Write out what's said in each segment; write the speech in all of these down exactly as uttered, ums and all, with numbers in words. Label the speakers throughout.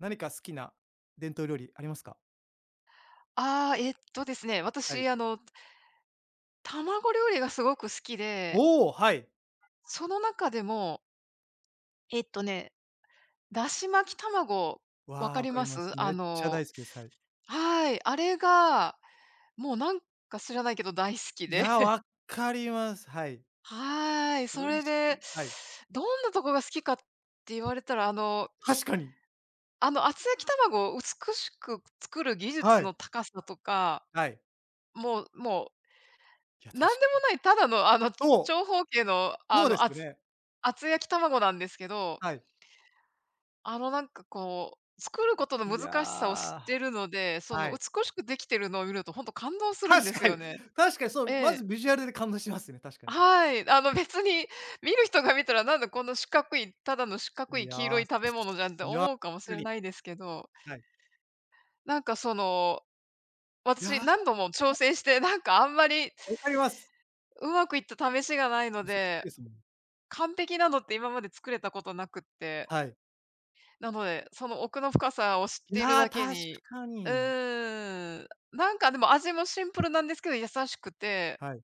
Speaker 1: 何か好きな伝統料理ありますか？
Speaker 2: ああ、えっとですね、
Speaker 1: はい。
Speaker 2: 私、あの、卵料理がすごく好きで、
Speaker 1: おお、はい。
Speaker 2: その中でも、えっとね、だし巻き卵、わ
Speaker 1: わあ、
Speaker 2: か
Speaker 1: わ
Speaker 2: り
Speaker 1: か
Speaker 2: ま
Speaker 1: ります。
Speaker 2: す？あ
Speaker 1: めっちゃ
Speaker 2: の
Speaker 1: 大好きです。はい。
Speaker 2: はい、あれが、もうなんか知らないけど大好き
Speaker 1: い
Speaker 2: で、
Speaker 1: や、わ かります。はい。
Speaker 2: はい、
Speaker 1: 美
Speaker 2: そ
Speaker 1: 味
Speaker 2: れ
Speaker 1: しい。
Speaker 2: で、
Speaker 1: はい。
Speaker 2: どんなとこが好きかって言われたら、あの、
Speaker 1: 確かに。
Speaker 2: あの、厚焼き卵を美しく作る技
Speaker 1: は
Speaker 2: 術
Speaker 1: い。
Speaker 2: の高さとか、
Speaker 1: はい。
Speaker 2: もうもう、
Speaker 1: いや、確
Speaker 2: なん
Speaker 1: か
Speaker 2: でも
Speaker 1: に。
Speaker 2: ない、ただの、あの、
Speaker 1: そ
Speaker 2: 長方形の、
Speaker 1: う、そ
Speaker 2: あ
Speaker 1: うで
Speaker 2: の、
Speaker 1: すよ
Speaker 2: 厚
Speaker 1: ね。
Speaker 2: 厚焼き卵なんですけど、
Speaker 1: はい。
Speaker 2: あのなんかこう、作ることの
Speaker 1: い
Speaker 2: 難しさを知
Speaker 1: や、
Speaker 2: ってるので、そ
Speaker 1: は
Speaker 2: の
Speaker 1: い。
Speaker 2: 美しくできてるのを見るとほんと感動するんで
Speaker 1: 確
Speaker 2: す
Speaker 1: か
Speaker 2: よ
Speaker 1: に
Speaker 2: ね。
Speaker 1: 確かにそ
Speaker 2: え
Speaker 1: う、まず
Speaker 2: え。
Speaker 1: ビジュアルで感動しますね、確かに。
Speaker 2: はい。あの別に見る人が見たらなんだこの四角い、ただの四角
Speaker 1: い
Speaker 2: い黄色い
Speaker 1: や、
Speaker 2: 食べ物じゃんって
Speaker 1: いや、
Speaker 2: 思うかも
Speaker 1: 確
Speaker 2: し
Speaker 1: か
Speaker 2: れ
Speaker 1: に。
Speaker 2: ないですけど、
Speaker 1: はい。
Speaker 2: なんかその、
Speaker 1: い
Speaker 2: 私
Speaker 1: や、
Speaker 2: 何度も挑戦して、なんかあんまり
Speaker 1: わかります。
Speaker 2: うまくいった試しがないの
Speaker 1: 難しい
Speaker 2: で、
Speaker 1: ですもん。
Speaker 2: 完璧なのって今まで作れたことなくって。
Speaker 1: はい。
Speaker 2: なので、その奥の深さを知っ
Speaker 1: い
Speaker 2: ている
Speaker 1: や、
Speaker 2: だけ
Speaker 1: 確
Speaker 2: に、
Speaker 1: か
Speaker 2: う
Speaker 1: に。
Speaker 2: ーん、なんかでも味もシンプルなんですけど、優しくて、
Speaker 1: はい。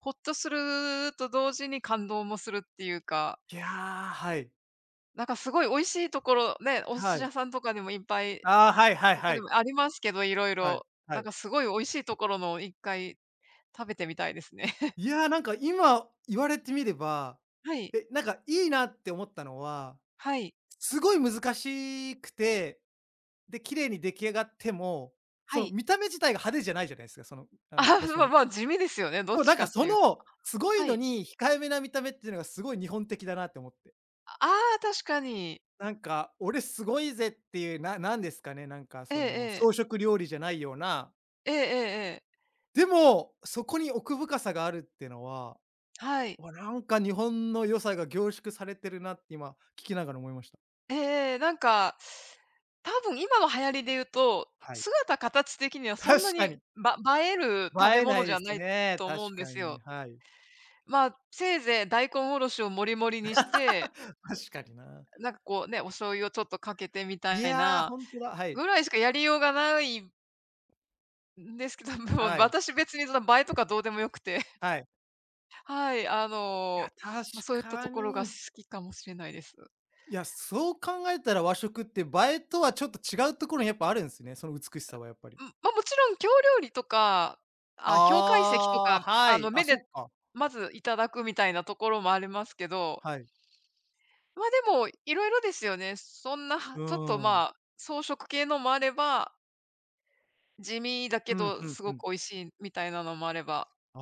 Speaker 2: ほっとすると同時に感動もするっていうか、
Speaker 1: いや、はい。
Speaker 2: なんかすごい美味しいところ、ね、お寿
Speaker 1: は
Speaker 2: 司
Speaker 1: い。
Speaker 2: 屋さんとかでもいっぱい、
Speaker 1: ああ、はいはい
Speaker 2: 他
Speaker 1: は
Speaker 2: に
Speaker 1: い。
Speaker 2: もありますけど、いろい
Speaker 1: はい、
Speaker 2: ろ。
Speaker 1: は
Speaker 2: なん
Speaker 1: い。
Speaker 2: かすごい美味しいところのを一回食べてみたいですね。
Speaker 1: いや、なんか今言われてみれば、
Speaker 2: はい、
Speaker 1: え、なんかいいなって思ったのは、
Speaker 2: はい、
Speaker 1: すごい難しくて、で、綺麗に出来上がっても、
Speaker 2: は
Speaker 1: その
Speaker 2: い。
Speaker 1: 見た目自体が派手じゃないじゃないですか、その、あ
Speaker 2: あ
Speaker 1: の、出し
Speaker 2: まあ、
Speaker 1: 物。
Speaker 2: ま、あ地味ですよね、どっ
Speaker 1: そう、
Speaker 2: ち
Speaker 1: なん
Speaker 2: か
Speaker 1: か
Speaker 2: っ
Speaker 1: そ
Speaker 2: ていうと。
Speaker 1: の、すごい
Speaker 2: は
Speaker 1: の
Speaker 2: い。
Speaker 1: に控えめな見た目っていうのがすごい日本的だなって思って。
Speaker 2: ああ、確かに。
Speaker 1: なんか、俺すごいぜっていう、ななんですかね、なんか
Speaker 2: ええ
Speaker 1: その、
Speaker 2: え
Speaker 1: 装
Speaker 2: え。
Speaker 1: 飾料理じゃないような、
Speaker 2: ええええええ。
Speaker 1: でも、そこに奥深さがあるっていうのは
Speaker 2: はい。
Speaker 1: わ、なんか日本の良さが凝縮されてるなって今聞きながら思いました。
Speaker 2: ええ、なんか、多分今の流行りで言うと、
Speaker 1: はい。
Speaker 2: 姿形的にはそんな
Speaker 1: 確か
Speaker 2: に、
Speaker 1: に、
Speaker 2: ば映える食
Speaker 1: 映
Speaker 2: べ
Speaker 1: えな
Speaker 2: 物
Speaker 1: い
Speaker 2: じ
Speaker 1: で
Speaker 2: ゃ
Speaker 1: す
Speaker 2: ない
Speaker 1: ね。
Speaker 2: と思う
Speaker 1: 確
Speaker 2: んで
Speaker 1: か
Speaker 2: す
Speaker 1: に、
Speaker 2: よ。
Speaker 1: はい。
Speaker 2: まあ、せいぜい大根おろしをもりもりにして、
Speaker 1: 確かにな。
Speaker 2: なんかこうね、お醤油をちょっとかけてみ
Speaker 1: い
Speaker 2: たい
Speaker 1: や、ー
Speaker 2: な
Speaker 1: 本当だ。はい。
Speaker 2: ぐらいしかやりようがないんですけど、もう
Speaker 1: はい。
Speaker 2: 私別にその映えとかどうでもよくて、
Speaker 1: はい。
Speaker 2: はい、あ
Speaker 1: いや、
Speaker 2: の、
Speaker 1: 確
Speaker 2: ま、そういった
Speaker 1: か
Speaker 2: ところが好
Speaker 1: に。
Speaker 2: きかもしれないです。
Speaker 1: いや、そう考えたら和食って映えとはちょっと違うところにやっぱあるんですね、その美しさはやっぱり。
Speaker 2: うん、ま、もちろん京料理とか、あ、京懐石と
Speaker 1: あ
Speaker 2: か、
Speaker 1: あ、は
Speaker 2: あ
Speaker 1: い。
Speaker 2: の、
Speaker 1: あ、
Speaker 2: 目で
Speaker 1: そっか。
Speaker 2: まずいただくみたいなところもありますけど、
Speaker 1: はい。
Speaker 2: ま、でも色々ですよね。そんな、は
Speaker 1: う
Speaker 2: ちょっと、
Speaker 1: ん。
Speaker 2: まあ、装飾系のもあれば、地味だけ
Speaker 1: うん、
Speaker 2: ど
Speaker 1: うん
Speaker 2: す
Speaker 1: う
Speaker 2: ご
Speaker 1: ん。
Speaker 2: く美味しいみたいなのもあれば。
Speaker 1: あ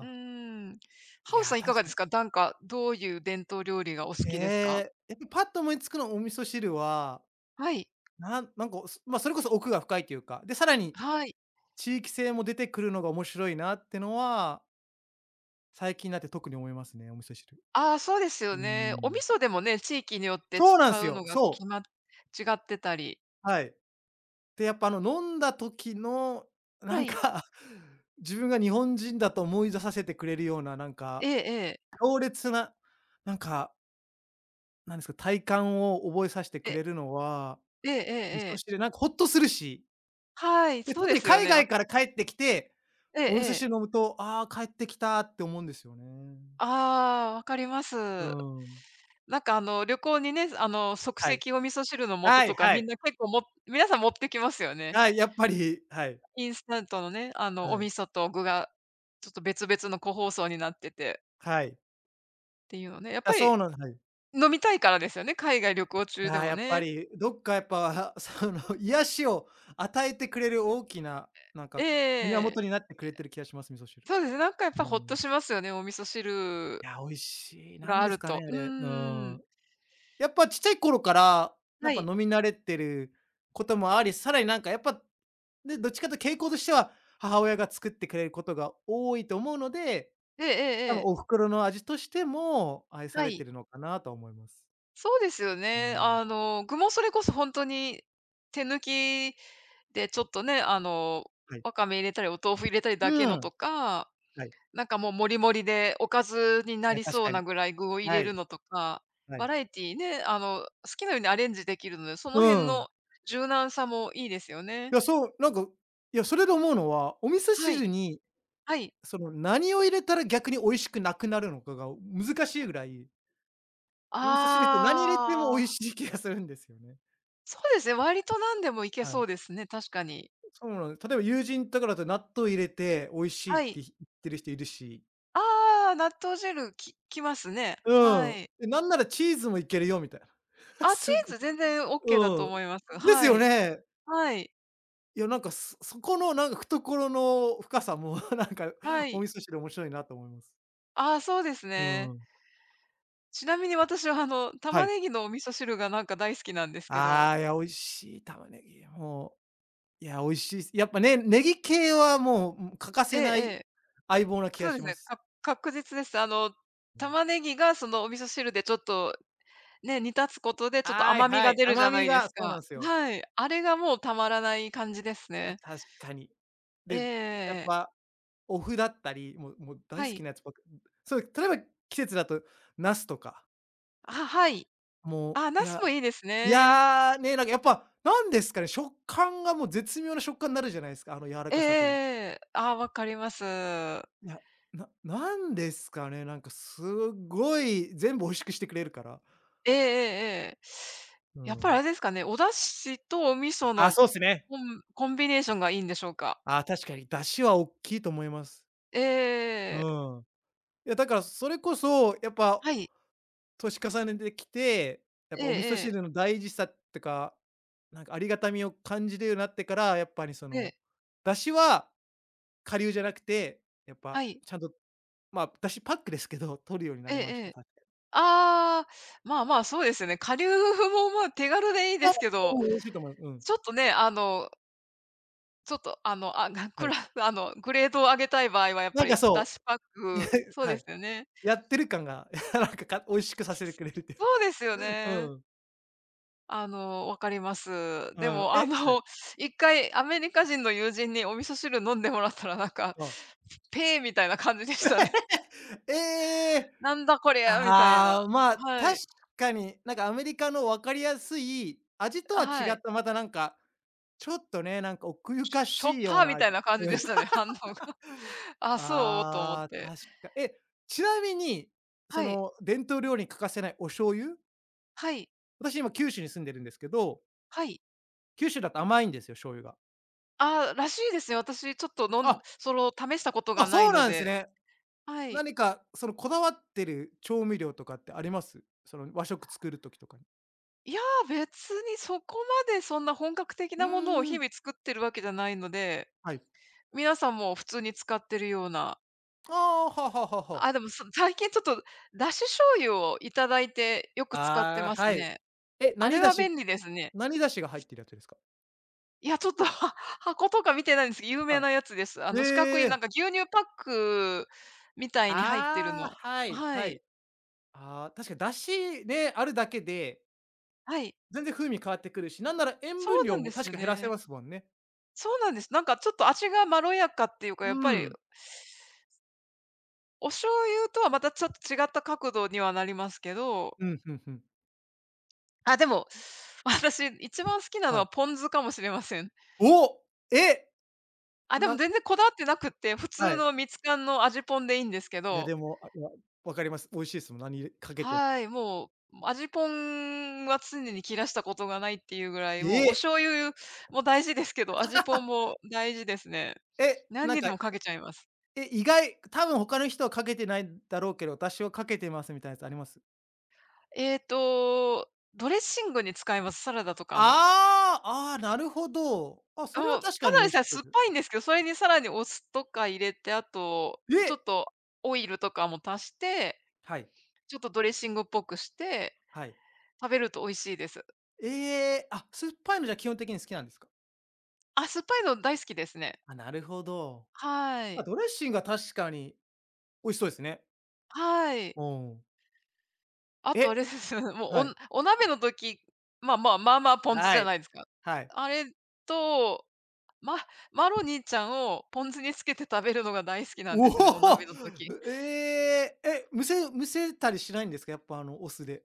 Speaker 2: う
Speaker 1: あ。
Speaker 2: ーん。
Speaker 1: い
Speaker 2: ハウスさ
Speaker 1: や、
Speaker 2: んいか
Speaker 1: 確
Speaker 2: が
Speaker 1: か
Speaker 2: で
Speaker 1: に
Speaker 2: すか？なんか、どういう伝統料理がお好
Speaker 1: え
Speaker 2: きですか？
Speaker 1: え、え、で、パッと思いつくのお味噌汁は、
Speaker 2: はい。
Speaker 1: なんなんか、すま、それこそ奥が深いというか、で、さらに
Speaker 2: はい。
Speaker 1: 地域性も出てくるのが面白いなってのは、最近になって特に思いますね、お味噌汁。
Speaker 2: ああ、そうですよ
Speaker 1: うー
Speaker 2: ね。お味
Speaker 1: ん。
Speaker 2: 噌でもね、地域によって
Speaker 1: そうなん
Speaker 2: 使
Speaker 1: す
Speaker 2: う
Speaker 1: よ。
Speaker 2: のが
Speaker 1: そう。
Speaker 2: 決ま違ってたり。
Speaker 1: はい。で、やっぱあの飲んだ時の、な
Speaker 2: は
Speaker 1: ん
Speaker 2: い。
Speaker 1: か、自分が日本人だと思い出させてくれるような、なん
Speaker 2: え
Speaker 1: か、
Speaker 2: えええ。
Speaker 1: 強烈な、なんか、なんですか、体感を覚えさしてく
Speaker 2: え、
Speaker 1: れるのは、
Speaker 2: ええええ
Speaker 1: 味
Speaker 2: え
Speaker 1: 噌汁、
Speaker 2: え。
Speaker 1: なんかほっとするし
Speaker 2: はい、
Speaker 1: で、
Speaker 2: そう
Speaker 1: 特
Speaker 2: で
Speaker 1: に
Speaker 2: すよ
Speaker 1: 海
Speaker 2: ね。
Speaker 1: 外
Speaker 2: わ
Speaker 1: から帰ってきて、
Speaker 2: ええ
Speaker 1: お味噌
Speaker 2: ええ。
Speaker 1: 汁飲むと、ああ、帰ってきたって思うんですよね。
Speaker 2: ああ、わかります。
Speaker 1: うーん。
Speaker 2: なんかあの、旅行にね、あの、即
Speaker 1: はい。
Speaker 2: 席お味噌汁の素
Speaker 1: はい
Speaker 2: とか
Speaker 1: は
Speaker 2: みん
Speaker 1: い。
Speaker 2: な結構も皆さん持ってきますよね。
Speaker 1: はい、やっぱり、はい。
Speaker 2: インスタントのね、あの、お
Speaker 1: はい。
Speaker 2: 味噌と具がちょっと別々の個包装になってて
Speaker 1: はい。
Speaker 2: っていうのね。やっ
Speaker 1: あ、
Speaker 2: ぱ
Speaker 1: そう
Speaker 2: り
Speaker 1: なんはい。
Speaker 2: 飲みたいからですよね、海外旅行中
Speaker 1: あ
Speaker 2: で
Speaker 1: あ、
Speaker 2: も
Speaker 1: やっぱ
Speaker 2: ね。
Speaker 1: り、どっかやっぱ、その、癒しを与えてくれる大きな、なん
Speaker 2: え
Speaker 1: か、源
Speaker 2: え。
Speaker 1: になってくれてる気がします、味噌汁。
Speaker 2: そうですね、なんかやっ
Speaker 1: う
Speaker 2: ぱほっと
Speaker 1: ん。
Speaker 2: しますよね、お味噌汁
Speaker 1: いや、美味しい。なん
Speaker 2: があ
Speaker 1: です
Speaker 2: る
Speaker 1: かね、
Speaker 2: と。
Speaker 1: あ
Speaker 2: う
Speaker 1: れ。う
Speaker 2: ーん。
Speaker 1: ん。やっぱちっちゃい頃から、やっ
Speaker 2: は
Speaker 1: ぱ
Speaker 2: い。
Speaker 1: 飲み慣れてることもあり、さらになんかやっぱで、どっちかというと傾向としては、母親が作ってくれることが多いと思うので、
Speaker 2: ええええ
Speaker 1: 多
Speaker 2: え
Speaker 1: 分
Speaker 2: え。
Speaker 1: お袋の味としても愛さ
Speaker 2: は
Speaker 1: れて
Speaker 2: い。
Speaker 1: るのかなと思います。
Speaker 2: そうですよ
Speaker 1: う
Speaker 2: ね。
Speaker 1: ん、
Speaker 2: あの、具もそれこそ本当に手抜きでちょっとね、あの、
Speaker 1: はい。
Speaker 2: わかめ入れたり、お豆腐入れたりだけ
Speaker 1: う
Speaker 2: の
Speaker 1: ん、
Speaker 2: とか、
Speaker 1: はい。
Speaker 2: なんかもうもりもりでおかずに
Speaker 1: い
Speaker 2: な
Speaker 1: や、
Speaker 2: り
Speaker 1: 確
Speaker 2: そう
Speaker 1: かに。
Speaker 2: なぐらい具を入
Speaker 1: は
Speaker 2: れる
Speaker 1: い、
Speaker 2: のとか、
Speaker 1: は
Speaker 2: バ
Speaker 1: い。
Speaker 2: ラエティね、あの、好きなようにアレンジできるので、そ
Speaker 1: う
Speaker 2: の辺
Speaker 1: ん。
Speaker 2: の柔軟さもいいですよ
Speaker 1: い
Speaker 2: ね。
Speaker 1: や、そう、なんか、いや、それで思うのは、お味噌
Speaker 2: はい、
Speaker 1: 汁に、
Speaker 2: はい。
Speaker 1: その、何を入れたら逆に美味しくなくなるのかが難しいぐらい、お味噌汁って何入れても美
Speaker 2: あ
Speaker 1: 味
Speaker 2: あ、
Speaker 1: しい気がするんですよね。
Speaker 2: そうですね、割と何でもいけ
Speaker 1: は
Speaker 2: そ
Speaker 1: い。
Speaker 2: うですね、確かに。
Speaker 1: そうなの例えば友人とかだと納豆入れて美味しいっ
Speaker 2: は
Speaker 1: て
Speaker 2: い。
Speaker 1: 言ってる人いるし
Speaker 2: ああ、納豆汁ききますね。
Speaker 1: う
Speaker 2: は
Speaker 1: ん。
Speaker 2: い。
Speaker 1: で、なんならチーズもいけるよみたいな。
Speaker 2: あ、チ
Speaker 1: す
Speaker 2: ー
Speaker 1: ご
Speaker 2: ズ全然オッケーだと
Speaker 1: うん。
Speaker 2: 思います。
Speaker 1: です
Speaker 2: は
Speaker 1: よ
Speaker 2: い。
Speaker 1: ね。
Speaker 2: はい。
Speaker 1: いやなんか、そそこのなんか懐の深さも なんか
Speaker 2: は
Speaker 1: お味
Speaker 2: い。
Speaker 1: 噌汁面白いなと思います。
Speaker 2: ああ、そうです
Speaker 1: う
Speaker 2: ね。
Speaker 1: ん。
Speaker 2: ちなみに私はあの、
Speaker 1: は
Speaker 2: 玉
Speaker 1: い。
Speaker 2: ねぎのお味噌汁がなんか大好きなんですけ
Speaker 1: あ
Speaker 2: ど。
Speaker 1: あ、いや、美味しい玉ねぎ。もう、いや、美味しいっす。やっぱね、ネギ系はもう、うん、欠か
Speaker 2: え
Speaker 1: せ
Speaker 2: ええ
Speaker 1: ない
Speaker 2: え。
Speaker 1: 相棒な気が
Speaker 2: そうで
Speaker 1: し
Speaker 2: す
Speaker 1: ま
Speaker 2: ね、
Speaker 1: す。
Speaker 2: か確実です。あの、
Speaker 1: うん。
Speaker 2: 玉ねぎがそのお味噌汁でちょっとね、煮立つことでちょっと
Speaker 1: はい
Speaker 2: 甘み
Speaker 1: は
Speaker 2: が
Speaker 1: い。
Speaker 2: 出るじ
Speaker 1: 甘
Speaker 2: ゃな
Speaker 1: み
Speaker 2: いで
Speaker 1: が
Speaker 2: す
Speaker 1: そうなん
Speaker 2: か。
Speaker 1: ですよ。
Speaker 2: はい。あれがもうたまらない感じです
Speaker 1: いや、
Speaker 2: ね。
Speaker 1: 確かに。
Speaker 2: ええええ
Speaker 1: で、やっ
Speaker 2: ええ。
Speaker 1: ぱお麩だったり、もうもう大
Speaker 2: は
Speaker 1: 好き
Speaker 2: い。
Speaker 1: なやつばっかそう、例えば季節だとナスとか、
Speaker 2: あ、はい。
Speaker 1: も
Speaker 2: あ、
Speaker 1: う、い
Speaker 2: 茄子
Speaker 1: や
Speaker 2: もいいです
Speaker 1: い
Speaker 2: ね。
Speaker 1: や、ね、なんかやっぱ、なんですかね、食感がもう絶妙な食感になるじゃないですか、あの柔ら
Speaker 2: えええ
Speaker 1: か
Speaker 2: え
Speaker 1: さといい。
Speaker 2: ええ。ああ、わかります。
Speaker 1: いや、ななんですかね、なんかすごい全部美味しくしてくれるから。
Speaker 2: ええええええ。
Speaker 1: う
Speaker 2: やっぱりあ
Speaker 1: ん。
Speaker 2: れですかね、お出汁とお味噌
Speaker 1: あ、
Speaker 2: の
Speaker 1: そうっすね。
Speaker 2: コンコンビネーションがいいんでしょうか？
Speaker 1: あ、確かに出汁はおっきいと思います。
Speaker 2: え
Speaker 1: う
Speaker 2: えええ
Speaker 1: ん。いやだからそれこそ、やっぱ
Speaker 2: はい。
Speaker 1: 年重ねてきて、やっ
Speaker 2: え
Speaker 1: ぱ
Speaker 2: え
Speaker 1: お味噌
Speaker 2: ええ。
Speaker 1: 汁の大事さとか、なんかありがたみを感じるようになってから、やっぱりそ
Speaker 2: ええ。
Speaker 1: の、出汁は顆粒じゃなくて、やっぱ
Speaker 2: はい。
Speaker 1: ちゃんと、まあ、出汁パックですけど、取るようにな
Speaker 2: ええ
Speaker 1: りまし
Speaker 2: え
Speaker 1: た、
Speaker 2: え。
Speaker 1: 確かに。
Speaker 2: ああ、まあまあ、そうですよね。顆粒も、まあ、手軽でいい
Speaker 1: あ
Speaker 2: ですけど、
Speaker 1: うん、美味しいと思います。うん。
Speaker 2: ちょっとね、あの、ちょっと、あの、あ、が
Speaker 1: は
Speaker 2: く
Speaker 1: い。
Speaker 2: ら あの、グレードを上げたい場合はやっ
Speaker 1: な
Speaker 2: ぱ
Speaker 1: んか
Speaker 2: りだ
Speaker 1: そ
Speaker 2: しパッ
Speaker 1: う、いや
Speaker 2: クそう
Speaker 1: は
Speaker 2: で
Speaker 1: い。
Speaker 2: すよね。
Speaker 1: やってる感が、なんか、か美味しくさせてくれるという
Speaker 2: そう
Speaker 1: か。
Speaker 2: ですよね。
Speaker 1: うん。
Speaker 2: あの、わかります。
Speaker 1: う
Speaker 2: で
Speaker 1: ん。
Speaker 2: も、
Speaker 1: えは
Speaker 2: あ
Speaker 1: い。
Speaker 2: の、一回アメリカ人の友人にお味噌汁飲んでもらったら、なんか、
Speaker 1: あ
Speaker 2: ペーみたいな感じでしたね。
Speaker 1: ええ！
Speaker 2: なんだこりゃみたいな。
Speaker 1: ああ、まあ、
Speaker 2: は
Speaker 1: 確
Speaker 2: い。
Speaker 1: かに、なんかアメリカの分かりやすい味とは違
Speaker 2: は
Speaker 1: っ
Speaker 2: い。
Speaker 1: た、またなんか、ちょっとね、なんか奥ゆ
Speaker 2: し
Speaker 1: か
Speaker 2: しょっ
Speaker 1: しいよう
Speaker 2: ぱ
Speaker 1: な
Speaker 2: み
Speaker 1: 味。
Speaker 2: たいな感じでしたね、反応が。あ、そうと思っ
Speaker 1: ああ、
Speaker 2: て。
Speaker 1: 確かえ、ちなみに、そ
Speaker 2: はい、
Speaker 1: の伝統料理に欠かせないお醤油？
Speaker 2: はい、
Speaker 1: 私今九州に住んでるんですけど、
Speaker 2: はい。
Speaker 1: 九州だと甘いんですよ、醤油が。
Speaker 2: ああ、らしいですね。私ちょっと飲ん
Speaker 1: あ、
Speaker 2: その、試したこと
Speaker 1: あ、
Speaker 2: がな
Speaker 1: そ
Speaker 2: い
Speaker 1: う
Speaker 2: の
Speaker 1: なんです
Speaker 2: で。
Speaker 1: ね。
Speaker 2: はい。
Speaker 1: 何かそのこだわってる調味料とかってあります？その和食作る時とかに。
Speaker 2: いや、別にそこまでそんな本格的
Speaker 1: う
Speaker 2: なものを
Speaker 1: ー
Speaker 2: 日
Speaker 1: ん、
Speaker 2: 々作ってるわけじゃないので
Speaker 1: はい。
Speaker 2: 皆さんも普通に使ってるような。
Speaker 1: ああ、はははは
Speaker 2: あ、でも、そ 最近ちょっと、だし醤油をいただいてよく使って
Speaker 1: あ
Speaker 2: ま
Speaker 1: あ、
Speaker 2: す
Speaker 1: はい。
Speaker 2: ね。
Speaker 1: え、
Speaker 2: あ
Speaker 1: 何
Speaker 2: れ
Speaker 1: 出
Speaker 2: は
Speaker 1: 汁
Speaker 2: 便利ですね。
Speaker 1: 何出しが入ってるやつですか？
Speaker 2: いや、ちょっと、は箱とか見てないんですけど、有名
Speaker 1: は
Speaker 2: なやつです。あ
Speaker 1: い。
Speaker 2: の四角
Speaker 1: え
Speaker 2: いなん
Speaker 1: え。
Speaker 2: か牛乳パックみたいに入ってる
Speaker 1: ああ、
Speaker 2: の。
Speaker 1: はい
Speaker 2: は
Speaker 1: は
Speaker 2: い。
Speaker 1: い。ああ、確かに出汁ね、あるだけで、
Speaker 2: はい。
Speaker 1: 全然風味変わってくるし、なんなら塩
Speaker 2: そ
Speaker 1: 分
Speaker 2: う
Speaker 1: 量
Speaker 2: なん
Speaker 1: も
Speaker 2: です
Speaker 1: 確
Speaker 2: よ
Speaker 1: か減らせ
Speaker 2: ね。
Speaker 1: ますもんね。
Speaker 2: そうなんです。なんかちょっと味がまろやかっていうか、
Speaker 1: う
Speaker 2: やっぱり、
Speaker 1: ん。
Speaker 2: お醤油とはまたちょっと違った角度にはなりますけど、
Speaker 1: うん、ふんふん。
Speaker 2: あ、でも、私一番好きなの
Speaker 1: は
Speaker 2: は
Speaker 1: い。
Speaker 2: ポン酢かもしれません。
Speaker 1: お！え！
Speaker 2: あ、でも
Speaker 1: な
Speaker 2: 全然こだわってなくって、普
Speaker 1: は
Speaker 2: 通
Speaker 1: い。
Speaker 2: のミツカンの味ぽんでいいんですけ
Speaker 1: いや
Speaker 2: ど、
Speaker 1: でも、あ、いや、分かります。美味しいですもん、何かけても
Speaker 2: はい、もう味ぽんは常に切らしたことがないっていうぐらい、
Speaker 1: え
Speaker 2: もうお
Speaker 1: え！
Speaker 2: 醤油も大事ですけど、味 ぽんも大事ですね。
Speaker 1: え、
Speaker 2: 何
Speaker 1: なん
Speaker 2: にで
Speaker 1: か、
Speaker 2: もかけちゃいます。
Speaker 1: え、意外多分他の人はかけてないだろうけど、私はかけてますみたいなやつあります？
Speaker 2: えっと、ドレッシングに使います、サラダとかの。
Speaker 1: ああ、ああ、なるほど。あ、それは
Speaker 2: もう、
Speaker 1: 確か
Speaker 2: た
Speaker 1: に
Speaker 2: だ
Speaker 1: 美
Speaker 2: で
Speaker 1: 味し
Speaker 2: さえ
Speaker 1: そう
Speaker 2: 酸っ
Speaker 1: です
Speaker 2: ぱいんですけど、それにさらにお酢とか入れて、あと、ちょっ
Speaker 1: え！
Speaker 2: とオイルとかも足して、
Speaker 1: はい、
Speaker 2: ちょっとドレッシングっぽくして、
Speaker 1: はい。
Speaker 2: 食べると美味しいです。
Speaker 1: ええ、あ、酸っぱいのじゃ基本的に好きなんですか？
Speaker 2: あ、酸っぱいの大好きですね。
Speaker 1: あ、なるほど。
Speaker 2: は
Speaker 1: あ
Speaker 2: い。
Speaker 1: ドレッシングは確かに美味しそうですね。
Speaker 2: はい。
Speaker 1: うん。
Speaker 2: あとあ
Speaker 1: え、
Speaker 2: れですよね、もう、
Speaker 1: は
Speaker 2: お
Speaker 1: い、
Speaker 2: んお鍋の時、まあまあ、まあまあポン酢
Speaker 1: は
Speaker 2: じゃ
Speaker 1: い、
Speaker 2: ないですか。
Speaker 1: はい。
Speaker 2: あれと、ママロニーちゃんをポン酢につけて食べるのが大好きなん
Speaker 1: お
Speaker 2: ですね、お
Speaker 1: お！
Speaker 2: 鍋の時。
Speaker 1: ええ、え、むせむせたりしないんですか？やっぱあのお酢で。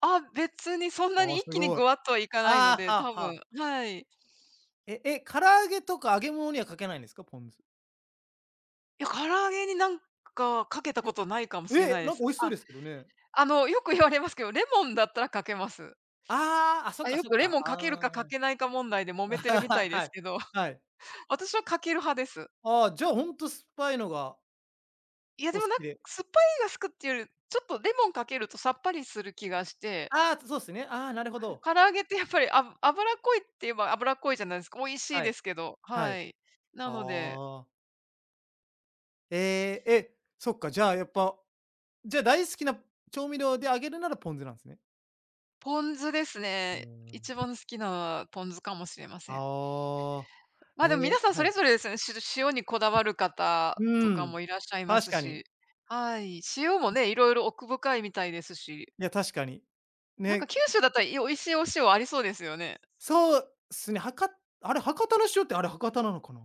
Speaker 2: あ、別にそんな
Speaker 1: あ
Speaker 2: に
Speaker 1: あ、す
Speaker 2: 一気に
Speaker 1: ごい。
Speaker 2: ぐわっとはいかないの
Speaker 1: ああ、
Speaker 2: で、
Speaker 1: は
Speaker 2: 多
Speaker 1: あは
Speaker 2: 分
Speaker 1: あ。
Speaker 2: はい。
Speaker 1: ええ、唐揚げとか揚げ物にはかけないんですか？ポン酢。
Speaker 2: いや、唐揚げになんかかけた
Speaker 1: いや、
Speaker 2: ことないかもしれ
Speaker 1: え、
Speaker 2: ないで
Speaker 1: なんか
Speaker 2: す。
Speaker 1: 美味しそう
Speaker 2: あ、
Speaker 1: ですけどね。
Speaker 2: あの、よく言われますけど、レモンだったらかけます。
Speaker 1: ああ、あ、そっ
Speaker 2: あ、
Speaker 1: か
Speaker 2: よ
Speaker 1: そっ
Speaker 2: くレ
Speaker 1: か。
Speaker 2: モンかけるか
Speaker 1: あ
Speaker 2: か
Speaker 1: あ。
Speaker 2: けないか問題で 揉めてるみたいで
Speaker 1: は
Speaker 2: す
Speaker 1: い。
Speaker 2: けど。
Speaker 1: はい。
Speaker 2: 私はかける派です。
Speaker 1: ああ、じゃあ、ほんと酸っぱいのが
Speaker 2: いや、
Speaker 1: お
Speaker 2: で
Speaker 1: 好
Speaker 2: もなん
Speaker 1: き
Speaker 2: か
Speaker 1: で。
Speaker 2: 酸っぱいが好くっていうより、ちょっとレモンかけるとさっぱりする気がして、
Speaker 1: ああ、そうですね。ああ、なるほど。
Speaker 2: 唐揚げってやっぱりあ脂っこいって言えば脂っこいじゃないですか。美味しい
Speaker 1: は
Speaker 2: で
Speaker 1: い。
Speaker 2: すけど、
Speaker 1: は
Speaker 2: は
Speaker 1: い。
Speaker 2: い。なので、
Speaker 1: ああ。ええ、え、そっか、じゃあ、やっぱ、じゃあ、大好きな調味料であげるならポン酢なんですね。
Speaker 2: ポン酢です
Speaker 1: うー
Speaker 2: ね。
Speaker 1: ん。
Speaker 2: 一番好きなポン酢かもしれません。
Speaker 1: ああ。え
Speaker 2: ま、でも
Speaker 1: ー
Speaker 2: 皆さんそ
Speaker 1: は
Speaker 2: れ
Speaker 1: い。
Speaker 2: ぞれですね、し塩にこだわる方
Speaker 1: う
Speaker 2: とか
Speaker 1: ん。
Speaker 2: もいらっしゃいま
Speaker 1: 確
Speaker 2: す
Speaker 1: かに。
Speaker 2: し、はい。塩もね、色々奥深いみたいですし、
Speaker 1: いや、確かに。
Speaker 2: なんか
Speaker 1: ね、
Speaker 2: 九州だったら、い美味しいお塩ありそうですよね。
Speaker 1: そうっすね、博…あれ、博多の塩ってあれ、博多なのかな？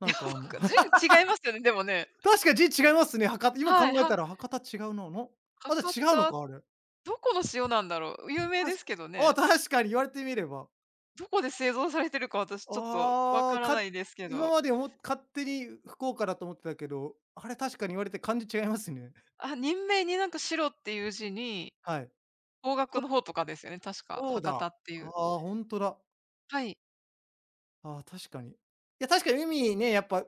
Speaker 1: なんか、あ
Speaker 2: なん
Speaker 1: の
Speaker 2: か、じ ゅ違いますよね、でもね。
Speaker 1: 確かに字違いますね。博多今
Speaker 2: はい、
Speaker 1: 考え
Speaker 2: は
Speaker 1: たら博多違うな、のあ、
Speaker 2: 博
Speaker 1: じゃあ違うの
Speaker 2: 多、
Speaker 1: か、あれ。
Speaker 2: どこの塩なんだろう？有名
Speaker 1: た
Speaker 2: で
Speaker 1: し
Speaker 2: すけど
Speaker 1: あ、
Speaker 2: ね。
Speaker 1: 確かに言われてみれば。
Speaker 2: どこで製造されてるか私ちょっとわ
Speaker 1: ああ、
Speaker 2: から
Speaker 1: か
Speaker 2: ないですけ
Speaker 1: 今
Speaker 2: ど。
Speaker 1: までおも勝手に福岡だと思ってたけど、あれ確かに言われて漢字違いますね。
Speaker 2: あ、任命になんか白っていう字に、
Speaker 1: はい。
Speaker 2: 方角
Speaker 1: そ
Speaker 2: の方とかですよね、確
Speaker 1: う
Speaker 2: か、
Speaker 1: そうだ。
Speaker 2: 博多っていう。
Speaker 1: ああ、ほんとだ。
Speaker 2: はい。
Speaker 1: ああ、確かに。いや、確かに海ね、やっぱ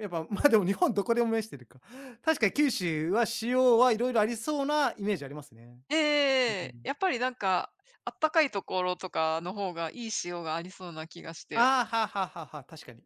Speaker 1: やっぱ、ま、でも日本どこでも面してるか。確かに九州は塩はいろいろありそうなイメージありますね。
Speaker 2: ええ
Speaker 1: う
Speaker 2: ええ
Speaker 1: ん。
Speaker 2: やっぱりなんか、あったかいところとかの方がいい塩がありそうな気がして。
Speaker 1: ああ、はあはあはあはあ、確かに。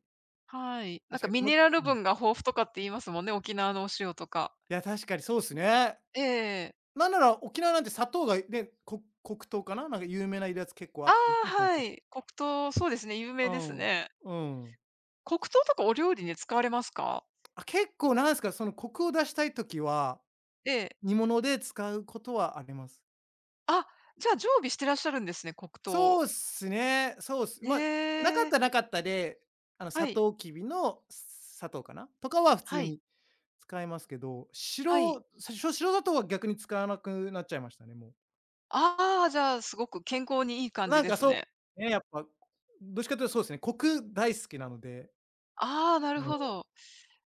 Speaker 2: はい。なん
Speaker 1: 確
Speaker 2: か
Speaker 1: かに。
Speaker 2: ミ
Speaker 1: も
Speaker 2: ネラル
Speaker 1: うん。
Speaker 2: 分が豊富とかって言いますもんね、沖縄のお塩とか。
Speaker 1: いや、確かにそうですね。
Speaker 2: えええ。
Speaker 1: なんなら沖縄なんて砂糖がね、こ黒糖かな、なんか有名なやつ結構あ
Speaker 2: あ
Speaker 1: った
Speaker 2: あ、
Speaker 1: りします。
Speaker 2: はい。黒糖、そうですね、有
Speaker 1: う
Speaker 2: 名です
Speaker 1: ん、
Speaker 2: ね。
Speaker 1: うん。
Speaker 2: 黒糖とかお料理に使われますか？
Speaker 1: あ、結構なんですか、そのコクを出したい時は、
Speaker 2: ええ。
Speaker 1: 煮物で使うことはあります。
Speaker 2: あ、じゃあ、常備してらっしゃるんですね、黒
Speaker 1: そ
Speaker 2: 糖。
Speaker 1: うっすね。そうっす。
Speaker 2: へ
Speaker 1: まあ、なかっ
Speaker 2: え。
Speaker 1: たらなかったで、あの、サ
Speaker 2: はい、
Speaker 1: トウキビの砂糖かな、とかは普通
Speaker 2: はい、
Speaker 1: に使いますけど、
Speaker 2: はい。
Speaker 1: 白さしょ白砂糖は逆に使わなくなっちゃいましたね、もう。
Speaker 2: ああ、じゃあ、すごく健康にいい感
Speaker 1: な
Speaker 2: じ
Speaker 1: ん
Speaker 2: で
Speaker 1: か
Speaker 2: す
Speaker 1: そ
Speaker 2: ね。
Speaker 1: うね、やっぱ、どっちかというとそうですね、コク大好きなので、
Speaker 2: ああ、なるほ
Speaker 1: う
Speaker 2: ど。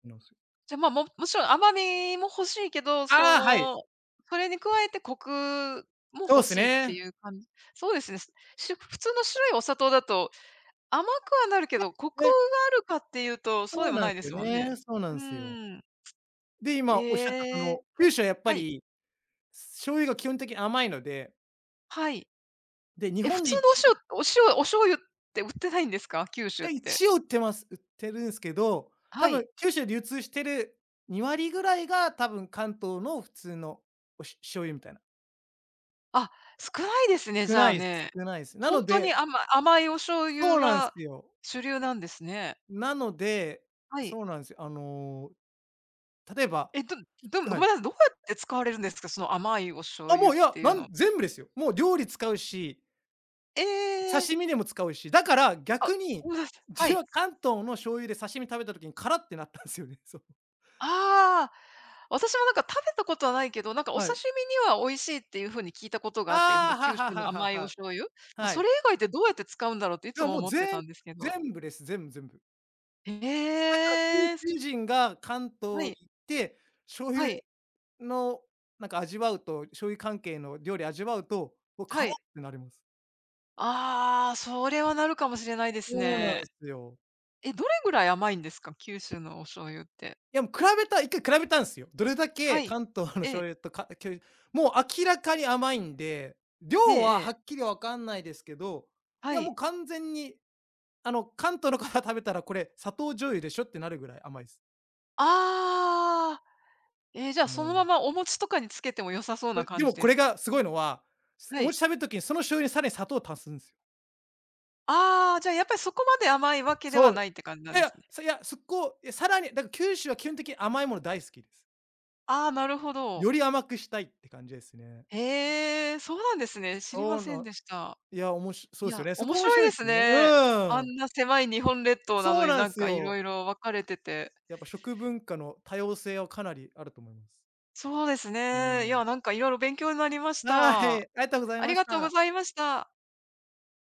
Speaker 1: ん、のす
Speaker 2: じゃあ、まあ、ももちろん甘みも欲しいけど、そ
Speaker 1: ああ、はい、
Speaker 2: の、それに加えてコクも
Speaker 1: そうで
Speaker 2: 欲
Speaker 1: す
Speaker 2: しいって
Speaker 1: ね。
Speaker 2: いう感じ。そうですね。し普通の白いお砂糖だと、甘くはなるけど、コクが
Speaker 1: ね、
Speaker 2: あるかっていうと、そう
Speaker 1: そう
Speaker 2: でも
Speaker 1: なん
Speaker 2: ないで
Speaker 1: すよ
Speaker 2: すもんね。
Speaker 1: ね、そうな
Speaker 2: う
Speaker 1: んすよ。
Speaker 2: ん。
Speaker 1: で、今おっしゃったそ
Speaker 2: ええ、
Speaker 1: の、九州はやっぱ
Speaker 2: はい。
Speaker 1: り、醤油が基本的に甘いので、
Speaker 2: はい。
Speaker 1: で、日
Speaker 2: え、普
Speaker 1: 本で
Speaker 2: 通
Speaker 1: 一
Speaker 2: のお塩お塩お醤油って売ってないんですか？九州
Speaker 1: え、
Speaker 2: って。
Speaker 1: 一を売ってます。売ってるんすけど、多
Speaker 2: は
Speaker 1: 分
Speaker 2: い。
Speaker 1: 九州で流通してるに割ぐらいが多分関東の普通のおし醤油みたいな。
Speaker 2: あ、少ないですね、
Speaker 1: 少
Speaker 2: じ
Speaker 1: な
Speaker 2: ゃあ
Speaker 1: いす、
Speaker 2: ね。
Speaker 1: 少ないす。な
Speaker 2: ほ
Speaker 1: の
Speaker 2: んとに
Speaker 1: で
Speaker 2: 甘甘いお醤
Speaker 1: そ
Speaker 2: 油
Speaker 1: うなんす
Speaker 2: が
Speaker 1: よ。
Speaker 2: 主流なんですね。
Speaker 1: なので、
Speaker 2: はい。
Speaker 1: そうなんですよ。あの、例えば
Speaker 2: え、どど
Speaker 1: は
Speaker 2: ごめ
Speaker 1: い。
Speaker 2: んなさい、どうやって使われるんですか？その甘いお醤
Speaker 1: あ、も
Speaker 2: 油っ
Speaker 1: う、いや、
Speaker 2: ていう
Speaker 1: な
Speaker 2: の。
Speaker 1: ん全部ですよ。もう料理使うし、
Speaker 2: ええ。
Speaker 1: 刺身でも使うし、だから
Speaker 2: あ、
Speaker 1: 逆に、
Speaker 2: ごめんなさい。
Speaker 1: 自
Speaker 2: は
Speaker 1: 分
Speaker 2: い。
Speaker 1: は関東の醤油で刺身食べた時にカラってなったんですよね。そう。
Speaker 2: ああ、私もなんか食べたことはないけど、なんかお
Speaker 1: は
Speaker 2: 刺
Speaker 1: い。
Speaker 2: 身には美味しいっていう風に聞いたことがあって、そ
Speaker 1: あ
Speaker 2: の
Speaker 1: あ、は
Speaker 2: 九州
Speaker 1: は
Speaker 2: の
Speaker 1: ははは
Speaker 2: 甘いお
Speaker 1: は。
Speaker 2: 醤油。ま、
Speaker 1: は
Speaker 2: そ
Speaker 1: い。
Speaker 2: れ以外ってどうやって使うんだろうってい
Speaker 1: い
Speaker 2: つ
Speaker 1: や、
Speaker 2: も
Speaker 1: もう
Speaker 2: 思って
Speaker 1: 全
Speaker 2: たんですけど。
Speaker 1: 全部です。全部全部。
Speaker 2: へ
Speaker 1: 九州
Speaker 2: え、
Speaker 1: 人が関
Speaker 2: は
Speaker 1: 東に行っ
Speaker 2: い、
Speaker 1: て、醤油
Speaker 2: はい、
Speaker 1: のなんか味わうと醤油関係の料理味わうと、もうカ
Speaker 2: は
Speaker 1: ラっ
Speaker 2: い。
Speaker 1: てなります。
Speaker 2: ああ、それはなるかもしれないです
Speaker 1: そうなんで
Speaker 2: ね。
Speaker 1: すよ。
Speaker 2: え、どれぐらい甘いんですか？九州のお醤油って。
Speaker 1: いや、もう比べた一回比べたんですよ。どれだけ
Speaker 2: はい。
Speaker 1: 関東の
Speaker 2: え
Speaker 1: 醤
Speaker 2: え、
Speaker 1: 油とかきょもう明らかに甘いんで、量
Speaker 2: ええ
Speaker 1: は
Speaker 2: え
Speaker 1: は
Speaker 2: え、
Speaker 1: っきりわかんないですけど、い
Speaker 2: は
Speaker 1: やもう
Speaker 2: い。
Speaker 1: 完全に、あの、関東の方食べたらこれ砂糖醤油でしょってなるぐらい甘いです。
Speaker 2: ああ、ええ、じゃ
Speaker 1: う
Speaker 2: あそのま
Speaker 1: ん。
Speaker 2: まお餅とかにつけても良さそうな
Speaker 1: でで
Speaker 2: 感
Speaker 1: も
Speaker 2: じ
Speaker 1: こ
Speaker 2: です
Speaker 1: れ
Speaker 2: か？
Speaker 1: がすごいのは、す
Speaker 2: は
Speaker 1: お
Speaker 2: い。
Speaker 1: 餅食べる時にその醤油にさらに砂糖を足すんですよ。
Speaker 2: ああ、じゃあやっぱりそこまで甘いわけで
Speaker 1: そ
Speaker 2: は
Speaker 1: う、い
Speaker 2: ないって感じなん
Speaker 1: やい
Speaker 2: で
Speaker 1: や、
Speaker 2: すね。
Speaker 1: そいや、そこ、いや、さらにだから九州は基本的に甘いもの大好きです。
Speaker 2: ああ、なるほど。
Speaker 1: より甘くしたいって感じですね。
Speaker 2: へえ、そうなんですね。知り
Speaker 1: そ
Speaker 2: ま
Speaker 1: う
Speaker 2: せん
Speaker 1: な、
Speaker 2: でした。
Speaker 1: いや、おもしそ
Speaker 2: い
Speaker 1: うですよ
Speaker 2: や、
Speaker 1: ね。そ
Speaker 2: 面
Speaker 1: こ面
Speaker 2: 白
Speaker 1: 白
Speaker 2: い
Speaker 1: い
Speaker 2: で
Speaker 1: です
Speaker 2: す
Speaker 1: よね。う
Speaker 2: ね。あ
Speaker 1: ーん。
Speaker 2: んな狭い日本列島な
Speaker 1: そ
Speaker 2: の
Speaker 1: う
Speaker 2: に
Speaker 1: なん
Speaker 2: なん
Speaker 1: す
Speaker 2: かいろ
Speaker 1: よ。
Speaker 2: いろ分かれてて。
Speaker 1: やっぱ食文化の多様性はかなりあると思います。
Speaker 2: そうです
Speaker 1: うー
Speaker 2: ね。い
Speaker 1: ん。
Speaker 2: や、なんかいろいろ勉強になりまし
Speaker 1: は
Speaker 2: た。
Speaker 1: い、
Speaker 2: あ
Speaker 1: ありがとうございま
Speaker 2: り
Speaker 1: し
Speaker 2: がとうご
Speaker 1: た。
Speaker 2: ざいました。